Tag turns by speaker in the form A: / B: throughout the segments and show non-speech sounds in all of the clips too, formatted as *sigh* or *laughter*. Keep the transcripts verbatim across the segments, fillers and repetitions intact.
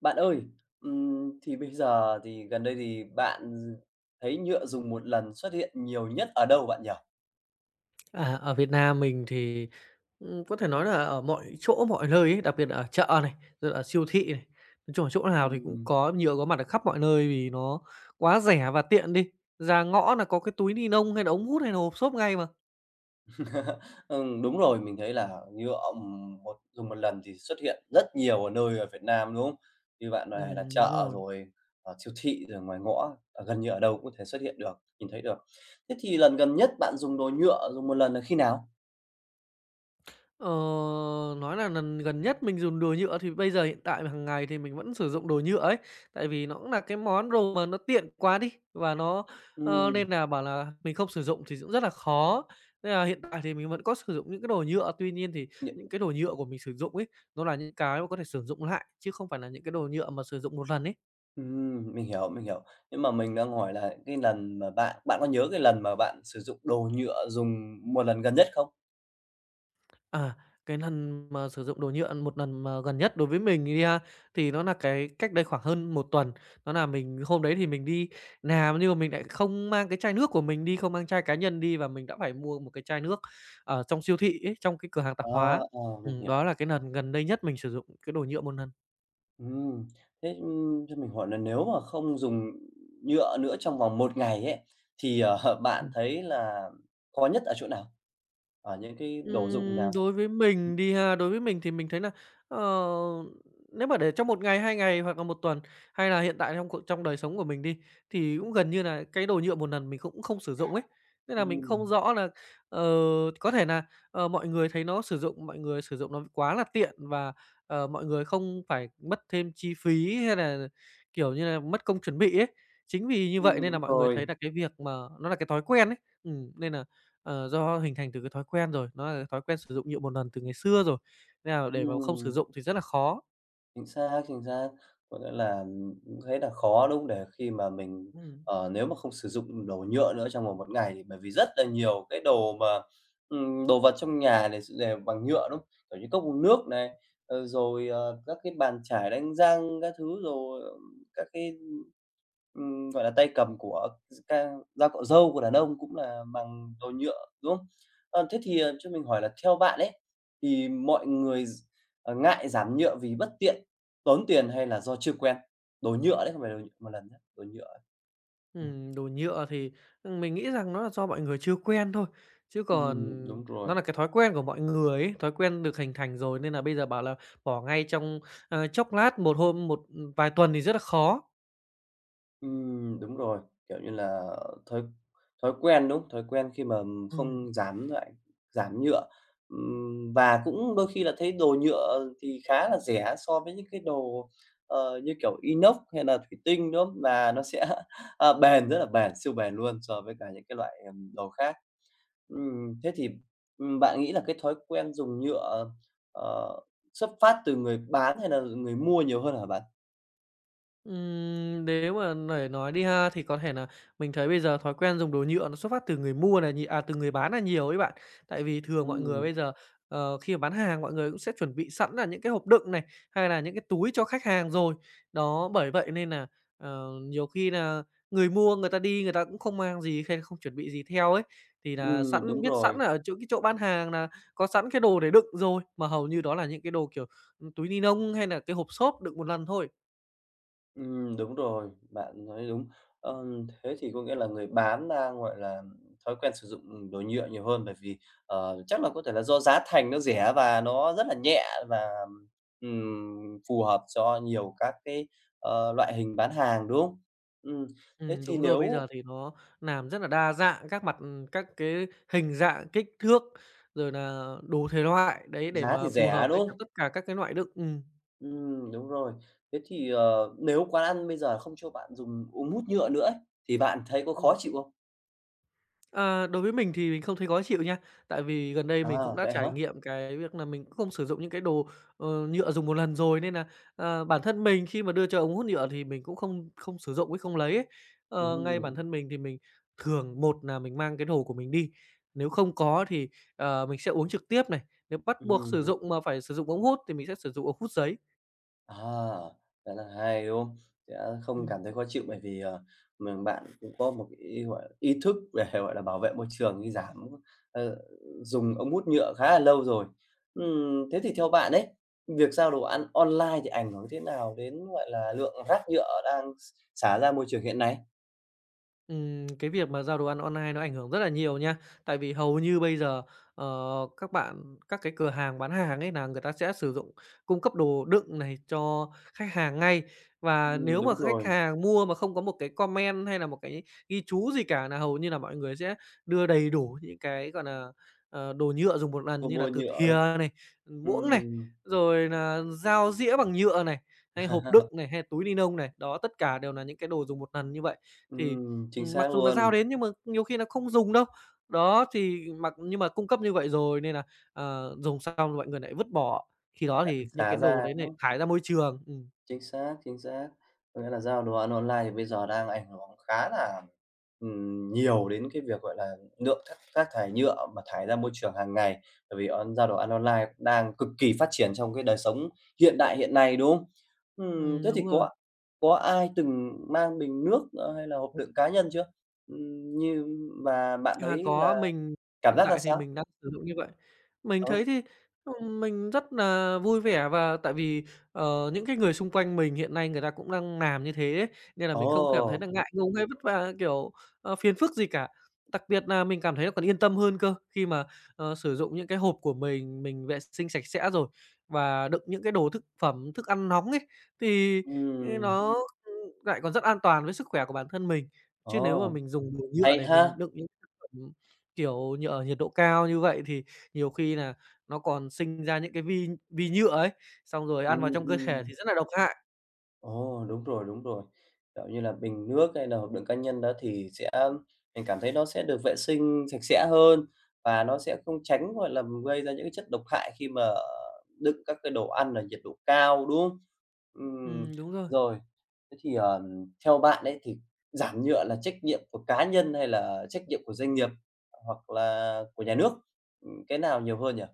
A: Bạn ơi, ừm, thì bây giờ thì gần đây thì bạn thấy nhựa dùng một lần xuất hiện nhiều nhất ở đâu bạn nhỉ?
B: À, ở Việt Nam mình thì, ừm, có thể nói là ở mọi chỗ mọi nơi ấy, đặc biệt là ở chợ này, rồi ở siêu thị này, nói chung là chỗ nào thì cũng
A: Ừm,
B: có nhựa có mặt ở khắp mọi nơi vì nó quá rẻ và tiện đi. Ra ngõ là có cái túi ni nông hay là ống hút hay là hộp xốp ngay mà.
A: *laughs* ừm, đúng rồi, mình thấy là nhựa, ừm, một dùng một lần thì xuất hiện rất nhiều ở nơi ở Việt Nam, đúng không? Như bạn này là
B: Ừm, đúng
A: chợ
B: rồi.
A: rồi, ờ, siêu thị rồi ngoài ngõ, ờ, gần như ở đâu cũng có thể xuất hiện được, nhìn thấy được. Thế thì lần gần nhất bạn dùng đồ nhựa dùng một lần là khi nào?
B: Ờ, nói là lần gần nhất mình dùng đồ nhựa thì bây giờ hiện tại hàng ngày thì mình vẫn sử dụng đồ nhựa ấy, tại vì nó cũng là cái món đồ mà nó tiện quá đi và nó ờ,
A: Ừm.
B: nên là bảo là mình không sử dụng thì cũng rất là khó. Nên là hiện tại thì mình vẫn có sử dụng những cái đồ nhựa, tuy nhiên thì những cái đồ nhựa của mình sử dụng ấy, nó là những cái mà có thể sử dụng lại chứ không phải là những cái đồ nhựa mà sử dụng một lần ấy.
A: Ừm, mình hiểu, mình hiểu. Nhưng mà mình đang hỏi là cái lần mà bạn bạn có nhớ cái lần mà bạn sử dụng đồ nhựa dùng một lần gần nhất không?
B: À, cái lần mà sử dụng đồ nhựa, một lần mà gần nhất đối với mình đi ha, thì nó là cái cách đây khoảng hơn một tuần. Đó là mình hôm đấy thì mình đi làm nhưng mà mình lại không mang cái chai nước của mình đi, không mang chai cá nhân đi và mình đã phải mua một cái chai nước ở trong siêu thị ấy, trong cái cửa hàng tạp
A: Ờ,
B: hóa.
A: ờ, mình
B: Ừm, đó
A: hiểu.
B: là cái lần gần đây nhất mình sử dụng cái đồ nhựa một lần.
A: Ừm, thế, ưm, cho mình hỏi là nếu mà không dùng nhựa nữa trong vòng một ngày ấy, thì, ờ, *laughs*
B: Ừ.
A: bạn thấy là khó nhất ở chỗ nào? Ở những cái đồ dụng
B: Ừm,
A: nào?
B: đối với mình đi ha, đối với mình thì mình thấy là ờ, nếu mà để trong một ngày, hai ngày hoặc là một tuần, hay là hiện tại trong cuộc trong đời sống của mình đi, thì cũng gần như là cái đồ nhựa một lần mình cũng không sử dụng ấy. Nên là mình không
A: Ừm.
B: rõ là ờ, có thể là ờ, mọi người thấy nó sử dụng mọi người sử dụng nó quá là tiện và, ờ, mọi người không phải mất thêm chi phí hay là, kiểu như là, mất công chuẩn bị ấy. Chính vì như vậy
A: ừm,
B: nên là
A: đúng
B: mọi người
A: rồi.
B: thấy là cái việc mà nó là cái thói quen ấy, ừm, nên là Ờ, do hình thành từ cái thói quen rồi, nó là cái thói quen sử dụng nhựa một lần từ ngày xưa rồi, nên là để mà không sử
A: Ừm.
B: dụng thì rất là khó.
A: Chính xác, chính xác. Có nghĩa là, cũng thấy là khó, đúng không? Để khi mà mình,
B: Ừm.
A: ờ, nếu mà không sử dụng đồ nhựa nữa trong vòng một ngày thì bởi vì rất là nhiều cái đồ mà, ừm, đồ vật trong nhà này s đều bằng nhựa, đúng không? Kiểu như cốc uống nước này, ờ, rồi, ờ, các cái bàn chải đánh răng các thứ, rồi, ờ, các cái, ừm, gọi là, tay cầm của gi ca dao cạo râu của đàn ông cũng là bằng đồ nhựa, đúng không? Ờ, thế thì, ờ, cho mình hỏi là theo bạn ấy, thì mọi người ờ, ngại giảm nhựa vì bất tiện, tốn tiền hay là do chưa quen? Đồ nhựa đấy, không phải đồ nhựa một lần nhá, đồ nhựa ấy. Ừm.
B: Ừm, đồ nhựa thì, mình nghĩ rằng nó là do mọi người chưa quen thôi, chứ còn
A: ừm, đúng rồi.
B: nó là cái thói quen của mọi người ấy, thói quen được hình thành rồi nên là bây giờ bảo là bỏ ngay trong, ờ, chốc lát, một hôm, một, vài tuần thì rất là khó.
A: Ừm, đúng rồi, kiểu như là, thói thói quen, đúng không? Thói quen khi mà
B: Ừm.
A: không dám lại giảm nhựa. Ừm, và cũng đôi khi là thấy đồ nhựa thì khá là rẻ so với những cái đồ, ờ, như kiểu inox hay là thủy tinh, đúng không? Là nó sẽ, *laughs* à, bền, rất là bền, siêu bền luôn so với cả những cái loại, ừm, đồ khác. Ừm, thế thì, ừm, bạn nghĩ là cái thói quen dùng nhựa, ờ, xuất phát từ người bán hay là người mua nhiều hơn hả bạn?
B: Ừm, nếu mà để nói đi ha, thì có thể là mình thấy bây giờ thói quen dùng đồ nhựa nó xuất phát từ người mua nà nhi à, từ người bán là nhiều ấy bạn. Tại vì thường mọi người
A: Ừm.
B: bây giờ, ờ, khi mà bán hàng mọi người cũng sẽ chuẩn bị sẵn là những cái hộp đựng này, hay là những cái túi cho khách hàng rồi. Đó, bởi vậy nên là ờ, nhiều khi là người mua người ta đi người ta cũng không mang gì hay không chuẩn bị gì theo ấy, thì là
A: ừm,
B: sẵn
A: đúng
B: biết sẵn
A: rồi.
B: nà ở chỗ cái chỗ bán hàng là có sẵn cái đồ để đựng rồi, mà hầu như đó là những cái đồ, kiểu, ừ, túi ni lông hay là cái hộp xốp đựng một lần thôi.
A: ừm, đúng rồi, bạn nói đúng. Ờm, thế thì có nghĩa là người bán đang, gọi là, thói quen sử dụng, đồ nhựa nhiều hơn, bởi vì, ờ, chắc là có thể là do giá thành nó rẻ và nó rất là nhẹ và, ừm, phù hợp cho nhiều các cái, ờ, loại hình bán hàng, đúng không? Ừm, thế
B: Ừm,
A: thì
B: đúng rồi, bây
A: nếu
B: giờ thì nó làm rất là đa dạng các mặt các cái hình dạng, kích thước, rồi là đủ thể loại, đấy, để
A: giá thì
B: mà phù
A: rẻ,
B: hợp với
A: đúng
B: cả
A: không?
B: tất cả các cái loại đựng. Ừm,
A: Ừm, đúng rồi. Thế thì, ờ, nếu quán ăn bây giờ không cho bạn dùng ống hút nhựa nữa ấy, thì bạn thấy có khó
B: ừm.
A: chịu không?
B: À, đối với mình thì mình không thấy khó chịu nha, tại vì gần đây mình cũng
A: À,
B: đã
A: vậy
B: trải
A: hả?
B: nghiệm cái việc là mình cũng không sử dụng những cái đồ, ờ, nhựa dùng một lần rồi nên là ờ, bản thân mình khi mà đưa cho ống hút nhựa thì mình cũng không không sử dụng với không lấy ấy. Ờ, ngay
A: Ừm.
B: bản thân mình thì mình thường một là mình mang cái đồ của mình đi, nếu không có thì, ờ, mình sẽ uống trực tiếp này, nếu bắt buộc sử
A: ừm,
B: dụng mà phải sử dụng ống hút thì mình sẽ sử dụng ống hút giấy.
A: à, rất là hay, đúng không? Sẽ không
B: Ừm.
A: cảm thấy khó chịu bởi vì, ờ, mình bạn cũng có một cái, gọi là, ý thức về, *laughs* gọi là, bảo vệ môi trường như giảm, ờ, dùng ống hút nhựa khá là lâu rồi. Ừm, thế thì theo bạn ấy, việc giao đồ ăn online thì ảnh hưởng thế nào đến, gọi là, lượng rác nhựa đang xả ra môi trường hiện nay?
B: Ừm, cái việc mà giao đồ ăn online nó ảnh hưởng rất là nhiều nha. Tại vì hầu như bây giờ, ờ, các bạn các cái cửa hàng bán hàng ấy, là người ta sẽ sử dụng cung cấp đồ đựng này cho khách hàng ngay. Và
A: Ừm,
B: nếu mà
A: đúng
B: khách
A: rồi.
B: hàng mua mà không có một cái comment hay là một cái ghi chú gì cả, là hầu như là mọi người sẽ đưa đầy đủ những cái, gọi là, ờ, đồ nhựa dùng một
A: Cô
B: lần như là
A: bôi
B: từ
A: nhựa
B: thìa
A: đó.
B: này, muỗng này,
A: Ừm.
B: rồi là dao dĩa bằng nhựa này, hay hộp đựng này,
A: *laughs*
B: hay túi ni lông này. Đó, tất cả đều là những cái đồ dùng một lần như vậy. Thì
A: Ừm, chính
B: Ừm,
A: xác
B: mặc dù nà giao
A: luôn,
B: đến nhưng mà nhiều khi nà không dùng đâu. Đó, thì mặc nhưng mà cung cấp như vậy rồi nên nà, ờ, dùng xong mọi người nại vứt bỏ, khi đó
A: tại vì
B: thì những
A: xá
B: cái đồ
A: ra
B: đấy
A: đúng,
B: này
A: không?
B: thải ra môi trường. Ừm,
A: Chính xác, chính xác. Có nghĩa là giao đồ ăn online thì bây giờ đang ảnh hưởng khá là, ừm, nhiều đến cái việc, gọi là, lượng thác rác thải nhựa mà thải ra môi trường hàng ngày, bởi vì on giao đồ ăn online cũng đang cực kỳ phát triển trong cái đời sống hiện đại hiện nay, đúng không? Ừm,
B: ừm,
A: thế thì
B: đúng rồi.
A: có có ai từng mang bình nước, ờ, hay là hộp đựng cá nhân chưa? Ừm, như và bạn
B: À,
A: thấy
B: có,
A: là
B: mình
A: cảm
B: hiện
A: giác ra
B: tại thì
A: sao?
B: mình đang sử dụng như vậy. Mình
A: Ừ.
B: thấy thì, ừm, mình rất nà vui vẻ và tại vì, ờ, những cái người xung quanh mình hiện nay người ta cũng đang làm như thế ấy, nên là mình không cảm thấy
A: Ồ.
B: là ngại ngùng hay vất vả, kiểu, ờ, phiền phức gì cả. Đặc biệt nà mình cảm thấy là còn yên tâm hơn cơ, khi mà, ờ, sử dụng những cái hộp của mình, mình vệ sinh sạch sẽ rồi và đựng những cái đồ thực phẩm, thức ăn nóng ấy, thì, ê,
A: Ừm.
B: nó, ưm, lại còn rất an toàn với sức khỏe của bản thân mình. Chứ nếu mà
A: Ồ,
B: mình dùng đồ nhựa
A: hay
B: để mình
A: ha!
B: đựng những Ừm, kiểu, nh ở nhiệt độ cao như vậy thì nhiều khi nà nó còn sinh ra những cái vi vi nhựa ấy, xong rồi ăn vào
A: Ừm.
B: trong cơ thể
A: ừm,
B: thì rất là độc hại.
A: ồ, đúng rồi, đúng rồi. Kiểu như là bình nước hay là hộp đựng cá nhân đó thì sẽ mình cảm thấy nó sẽ được vệ sinh sạch sẽ hơn và nó sẽ không tránh, gọi là, gây ra những cái chất độc hại khi mà đựng các cái đồ ăn ở nhiệt độ cao, đúng không? Ừm,
B: Ừm, đúng rồi.
A: rồi, thế thì, ờ, theo bạn ấy thì giảm nhựa là trách nhiệm của cá nhân hay là trách nhiệm của doanh nghiệp hoặc là của nhà nước? Ừm, cái nào nhiều hơn nhỉ?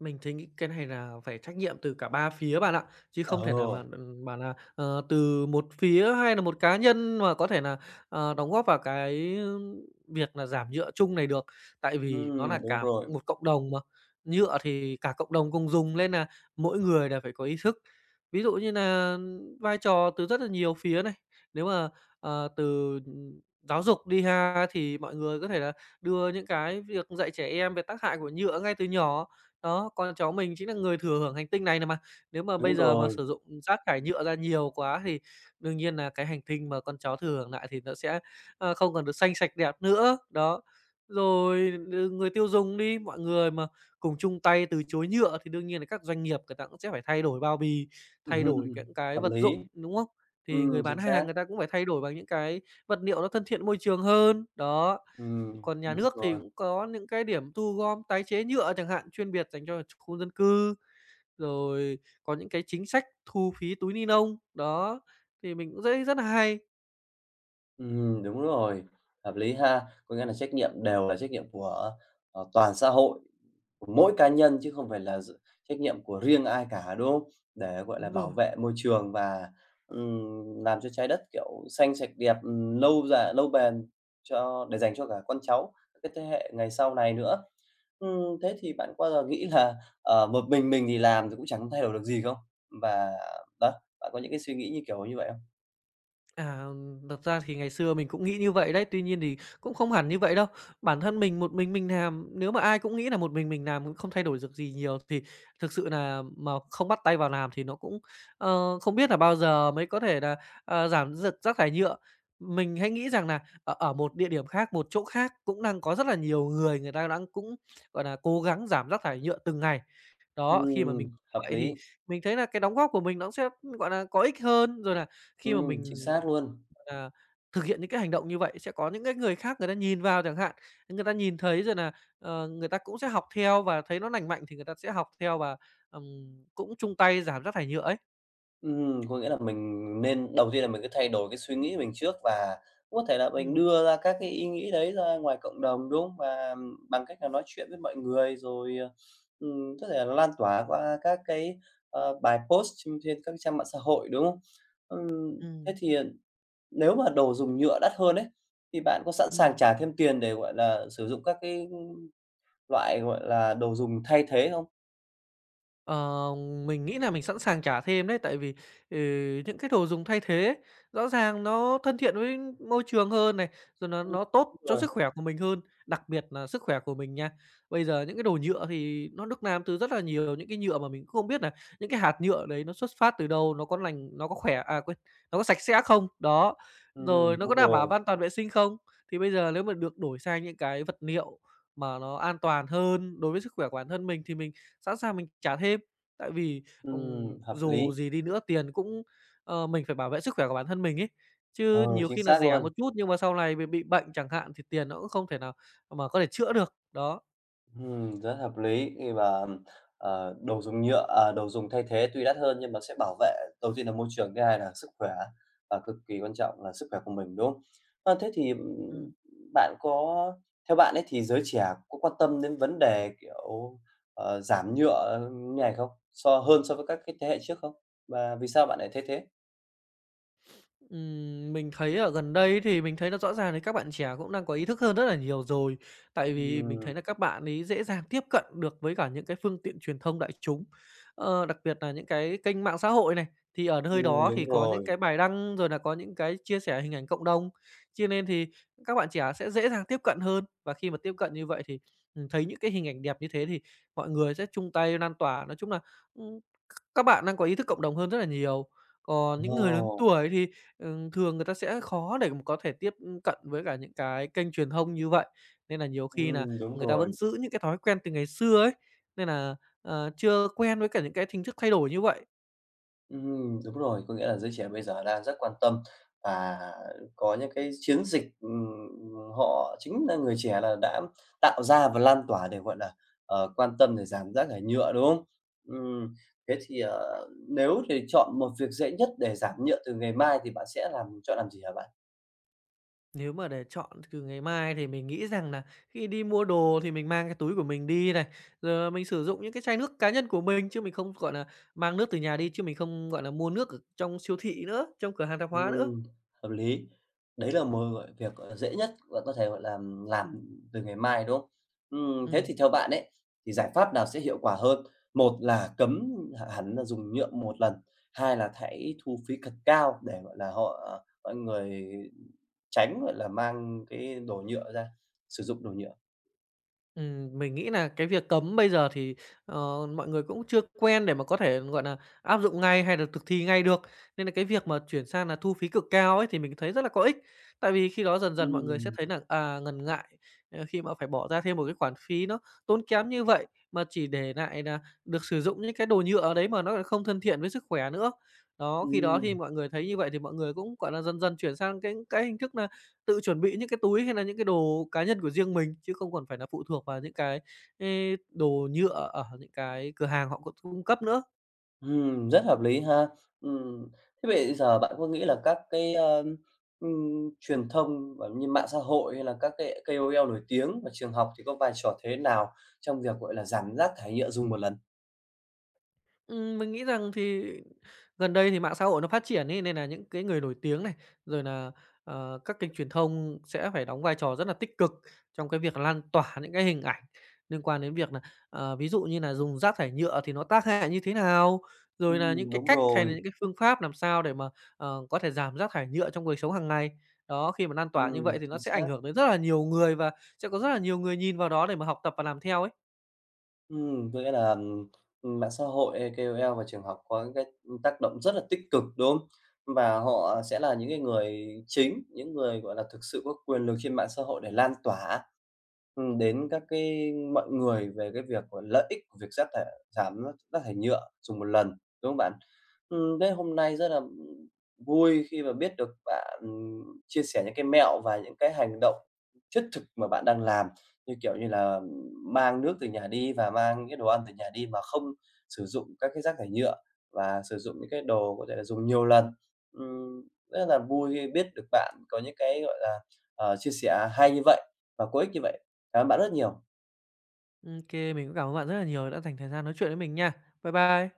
B: Mình thấy nghĩ cái này là phải trách nhiệm từ cả ba phía bạn ạ, chứ
A: Ờ.
B: không thể nào mà, ừm, bảo là, ờ, từ một phía hay là một cá nhân mà có thể là, ờ, đóng góp vào cái, việc là giảm nhựa chung này được. Tại vì nó
A: Ừm,
B: là
A: đúng
B: cả
A: rồi,
B: một cộng đồng mà, nhựa thì cả cộng đồng cùng dùng nên là mỗi người đều phải có ý thức. Ví dụ như là vai trò từ rất là nhiều phía này, nếu mà, ờ, từ, giáo dục đi ha thì mọi người có thể là đưa những cái việc dạy trẻ em về tác hại của nhựa ngay từ nhỏ. Đó, con cháu mình chính là người thừa hưởng hành tinh này này mà. Nếu mà bây
A: đúng
B: giờ mà
A: rồi.
B: sử dụng rác thải nhựa ra nhiều quá thì đương nhiên là cái hành tinh mà con cháu thừa hưởng lại thì nó sẽ, ờ, không còn được xanh sạch đẹp nữa. Đó, rồi l người tiêu dùng đi, mọi người mà cùng chung tay từ chối nhựa thì đương nhiên là các doanh nghiệp người ta cũng sẽ phải thay đổi bao bì,
A: *laughs*
B: thay
A: Ừm,
B: đổi những cái
A: hợp
B: vật
A: lý.
B: dụng, đúng không? Thì
A: ừm,
B: người bán
A: chính xác.
B: hàng người ta cũng phải thay đổi bằng những cái vật liệu nó thân thiện môi trường hơn. Đó.
A: ừm,
B: Còn nhà
A: đúng
B: nước thì
A: rồi.
B: cũng có những cái điểm thu gom tái chế nhựa chẳng hạn, chuyên biệt dành cho khu dân cư, rồi có những cái chính sách thu phí túi ni lông, đó, thì mình cũng thấy rất là hay.
A: ừm, đúng rồi, hợp lý ha. Có nghĩa là trách nhiệm đều là trách nhiệm của, ờ, toàn xã hội. Mỗi cá nhân chứ không phải là d trách nhiệm của riêng ai cả, đúng không? Để, gọi là,
B: Đúng
A: bảo
B: rồi.
A: vệ môi trường và, ừm, làm cho trái đất, kiểu, xanh sạch đẹp, ừm, lâu dài lâu bền cho để dành cho cả con cháu, các cái thế hệ ngày sau này nữa. Ừm, thế thì bạn có bao giờ nghĩ là, ờ, một mình mình thì làm thì cũng chẳng thay đổi được gì không? Và đó, bạn có những cái suy nghĩ như kiểu như vậy không?
B: À, thật ra thì ngày xưa mình cũng nghĩ như vậy đấy, tuy nhiên thì cũng không hẳn như vậy đâu. Bản thân mình một mình mình làm, nếu mà ai cũng nghĩ là một mình mình làm cũng không thay đổi được gì nhiều thì thực sự là mà không bắt tay vào làm thì nó cũng, ờ, không biết là bao giờ mới có thể là, ờ, giảm giật rác thải nhựa. Mình hay nghĩ rằng là ở ở một địa điểm khác, một chỗ khác cũng đang có rất là nhiều người người ta đang cũng, gọi là cố gắng giảm rác thải nhựa từng ngày. Đó, khi mà mình
A: Ừm,
B: như
A: hợp
B: vậy thì
A: lý.
B: mình thấy là cái đóng góp của mình nó cũng sẽ, gọi là có ích hơn, rồi là khi mà
A: Ừm, chính
B: mình
A: xác luôn.
B: là thực hiện những cái hành động như vậy sẽ có những cái người khác người ta nhìn vào chẳng hạn, người ta nhìn thấy rồi là ờ, người ta cũng sẽ học theo và thấy nó lành mạnh thì người ta sẽ học theo và, ừm, cũng chung tay giảm rác thải nhựa ấy.
A: Ừm, có nghĩa là mình nên đầu tiên là mình cứ thay đổi cái suy nghĩ mình trước và có thể là mình
B: Ừm,
A: đưa ra các cái ý nghĩ đấy ra ngoài cộng đồng, đúng không? Và bằng cách là nói chuyện với mọi người rồi, ờ, ừm, có thể là lan tỏa qua các cái, ờ, bài post trên trên các trang mạng xã hội, đúng không? Ừm, thế
B: ừm,
A: thì, ờ, nếu mà đồ dùng nhựa đắt hơn đấy thì bạn có sẵn sàng
B: ừm.
A: trả thêm tiền để, gọi là, sử dụng các cái loại, gọi là, đồ dùng thay thế không?
B: Ờ, mình nghĩ là mình sẵn sàng trả thêm đấy, tại vì, ừ, những cái đồ dùng thay thế ấy rõ ràng nó thân thiện với môi trường hơn này, rồi nó
A: Ừm,
B: nó tốt
A: đúng
B: cho
A: rồi.
B: sức khỏe của mình hơn, đặc biệt là sức khỏe của mình nha. Bây giờ những cái đồ nhựa thì nó được làm từ rất là nhiều những cái nhựa mà mình cũng không biết nà những cái hạt nhựa đấy nó xuất phát từ đâu, nó có lành nó có khỏe à, quên, nó có sạch sẽ không? Đó, rồi
A: ừm,
B: nó
A: đúng
B: có đảm bảo
A: rồi.
B: an toàn vệ sinh không? Thì bây giờ nếu mà được đổi sang những cái vật liệu mà nó an toàn hơn đối với sức khỏe của bản thân mình thì mình sẵn sàng mình trả thêm. Tại vì, ừm,
A: ừm, hợp lý.
B: dù gì đi nữa tiền cũng ờ, mình phải bảo vệ sức khỏe của bản thân mình ấy.
A: Ừ,
B: Chứ nhiều
A: chính
B: khi là
A: xác
B: rẻ
A: luôn.
B: một chút nhưng mà sau này mình bị bệnh chẳng hạn thì tiền nó cũng không thể nào mà có thể chữa được. Đó,
A: Ừm, rất hợp lý khi mà, ờ, đồ dùng nhựa à, đồ dùng thay thế tuy đắt hơn nhưng mà sẽ bảo vệ đầu tiên là môi trường, thứ hai là sức khỏe và cực kỳ quan trọng là sức khỏe của mình, đúng không? Ờ, thế thì, ừm,
B: ừm.
A: bạn có theo bạn ấy thì giới trẻ có quan tâm đến vấn đề, kiểu, ờ, giảm nhựa như này không? So hơn so với các cái thế hệ trước không? Và vì sao bạn lại thấy thế?
B: Ừm, mình thấy ở gần đây thì mình thấy là rõ ràng là các bạn trẻ cũng đang có ý thức hơn rất là nhiều rồi. Tại vì mình
A: Ừm.
B: thấy là các bạn ấy dễ dàng tiếp cận được với cả những cái phương tiện truyền thông đại chúng, ờ, đặc biệt là những cái kênh mạng xã hội này. Thì ở nơi
A: ừm,
B: đó thì
A: đúng
B: có những
A: rồi.
B: cái bài đăng, rồi là có những cái chia sẻ hình ảnh cộng đồng, cho nên thì các bạn trẻ sẽ dễ dàng tiếp cận hơn. Và khi mà tiếp cận như vậy thì, ừm, thấy những cái hình ảnh đẹp như thế thì mọi người sẽ chung tay lan tỏa. Nói chung là, ừm, các bạn đang có ý thức cộng đồng hơn rất là nhiều. Còn những người lớn
A: Ồ.
B: tuổi thì Ừm, thường người ta sẽ khó để mà có thể tiếp cận với cả những cái kênh truyền thông như vậy, nên là nhiều khi là
A: ừm, đúng
B: người ta vẫn
A: rồi.
B: giữ những cái thói quen từ ngày xưa ấy, nên là ờ, chưa quen với cả những cái hình thức thay đổi như vậy.
A: Ừm, đúng rồi, có nghĩa là giới trẻ bây giờ đang rất quan tâm và có những cái chiến dịch, ừm, họ chính là người trẻ là đã tạo ra và lan tỏa để, gọi là, ờ, quan tâm để giảm rác thải nhựa, đúng không? Ừm, thế thì, ờ, nếu thì chọn một việc dễ nhất để giảm nhựa từ ngày mai thì bạn sẽ làm chọn làm gì hả bạn?
B: Nếu mà để chọn từ ngày mai thì mình nghĩ rằng là khi đi mua đồ thì mình mang cái túi của mình đi này, rồi mình sử dụng những cái chai nước cá nhân của mình, chứ mình không, gọi là mang nước từ nhà đi, chứ mình không, gọi là mua nước ở trong siêu thị nữa, trong cửa hàng tạp hóa nữa.
A: Ừm, hợp lý. Đấy là một, gọi, việc, gọi là, dễ nhất, và có thể, gọi là, làm từ ngày mai, đúng không? Ừm, thế
B: Ừm.
A: thì theo bạn ấy, thì giải pháp nào sẽ hiệu quả hơn? Một là cấm h hẳn là dùng nhựa một lần, hai là hãy thu phí thật cao để, gọi là, họ ờ, mọi người tránh, gọi là, mang cái đồ nhựa ra, sử dụng đồ nhựa.
B: Ừm, mình nghĩ là cái việc cấm bây giờ thì, ờ, mọi người cũng chưa quen để mà có thể, gọi là áp dụng ngay hay là thực thi ngay được, nên là cái việc mà chuyển sang là thu phí cực cao ấy thì mình thấy rất là có ích. Tại vì khi đó dần dần mọi người sẽ
A: Ừm.
B: thấy là à, ngần ngại, ờ, khi mà phải bỏ ra thêm một cái khoản phí nó tốn kém như vậy, mà chỉ để lại là được sử dụng những cái đồ nhựa đấy mà nó lại không thân thiện với sức khỏe nữa. Đó, khi đó thì
A: Ừm.
B: mọi người thấy như vậy thì mọi người cũng, gọi là, dần dần chuyển sang cái cái hình thức là tự chuẩn bị những cái túi hay là những cái đồ cá nhân của riêng mình, chứ không còn phải là phụ thuộc vào những cái, ê, đồ nhựa ở những cái cửa hàng họ cũng cung cấp nữa.
A: Ừm, rất hợp lý ha. Ừm, thế bây giờ bạn có nghĩ là các cái, ơ, ừm, truyền thông và như mạng xã hội hay là các cái ca ô lờ nổi tiếng và trường học thì có vai trò thế nào trong việc, gọi là, giảm rác thải nhựa dùng một lần?
B: Ừm, mình nghĩ rằng thì gần đây thì mạng xã hội nó phát triển ấy, nên là những cái người nổi tiếng này, rồi là ờ, các kênh truyền thông sẽ phải đóng vai trò rất là tích cực trong cái việc lan tỏa những cái hình ảnh liên quan đến việc là ờ, ví dụ như là dùng rác thải nhựa thì nó tác hại như thế nào, rồi là những
A: Ừm,
B: cái
A: đúng
B: cách hay là
A: rồi.
B: những cái phương pháp làm sao để mà, ờ, có thể giảm rác thải nhựa trong cuộc sống hàng ngày. Đó, khi mà lan tỏa như
A: Ừm,
B: vậy thì
A: chính
B: nó sẽ ảnh
A: xác.
B: hưởng đến rất là nhiều người và sẽ có rất là nhiều người nhìn vào đó để mà học tập và làm theo ấy.
A: Ừm, có nghĩa là, ừm, mạng xã hội hay ca ô lờ và trường học có những cái, tác động rất là tích cực, đúng không? Và họ sẽ là những cái người chính, những người, gọi là, thực sự có quyền lực trên mạng xã hội để lan tỏa, ừm, đến các cái mọi người về cái việc, gọi, lợi ích của việc rác thải giảm rác rác thải nhựa dùng một lần, đúng không bạn? Ừm, thế hôm nay rất là, vui khi mà biết được bạn chia sẻ những cái mẹo và những cái hành động thiết thực mà bạn đang làm, như kiểu như là mang nước từ nhà đi và mang những cái đồ ăn từ nhà đi mà không sử dụng các cái rác thải nhựa và sử dụng những cái đồ có thể là dùng nhiều lần. Ừm, rất là vui khi biết được bạn có những cái, gọi là, ờ, chia sẻ hay như vậy và có ích như vậy. Cảm ơn bạn rất nhiều.
B: ô kê, mình cũng cảm ơn bạn rất là nhiều đã dành thời gian nói chuyện với mình nha. Bye bye.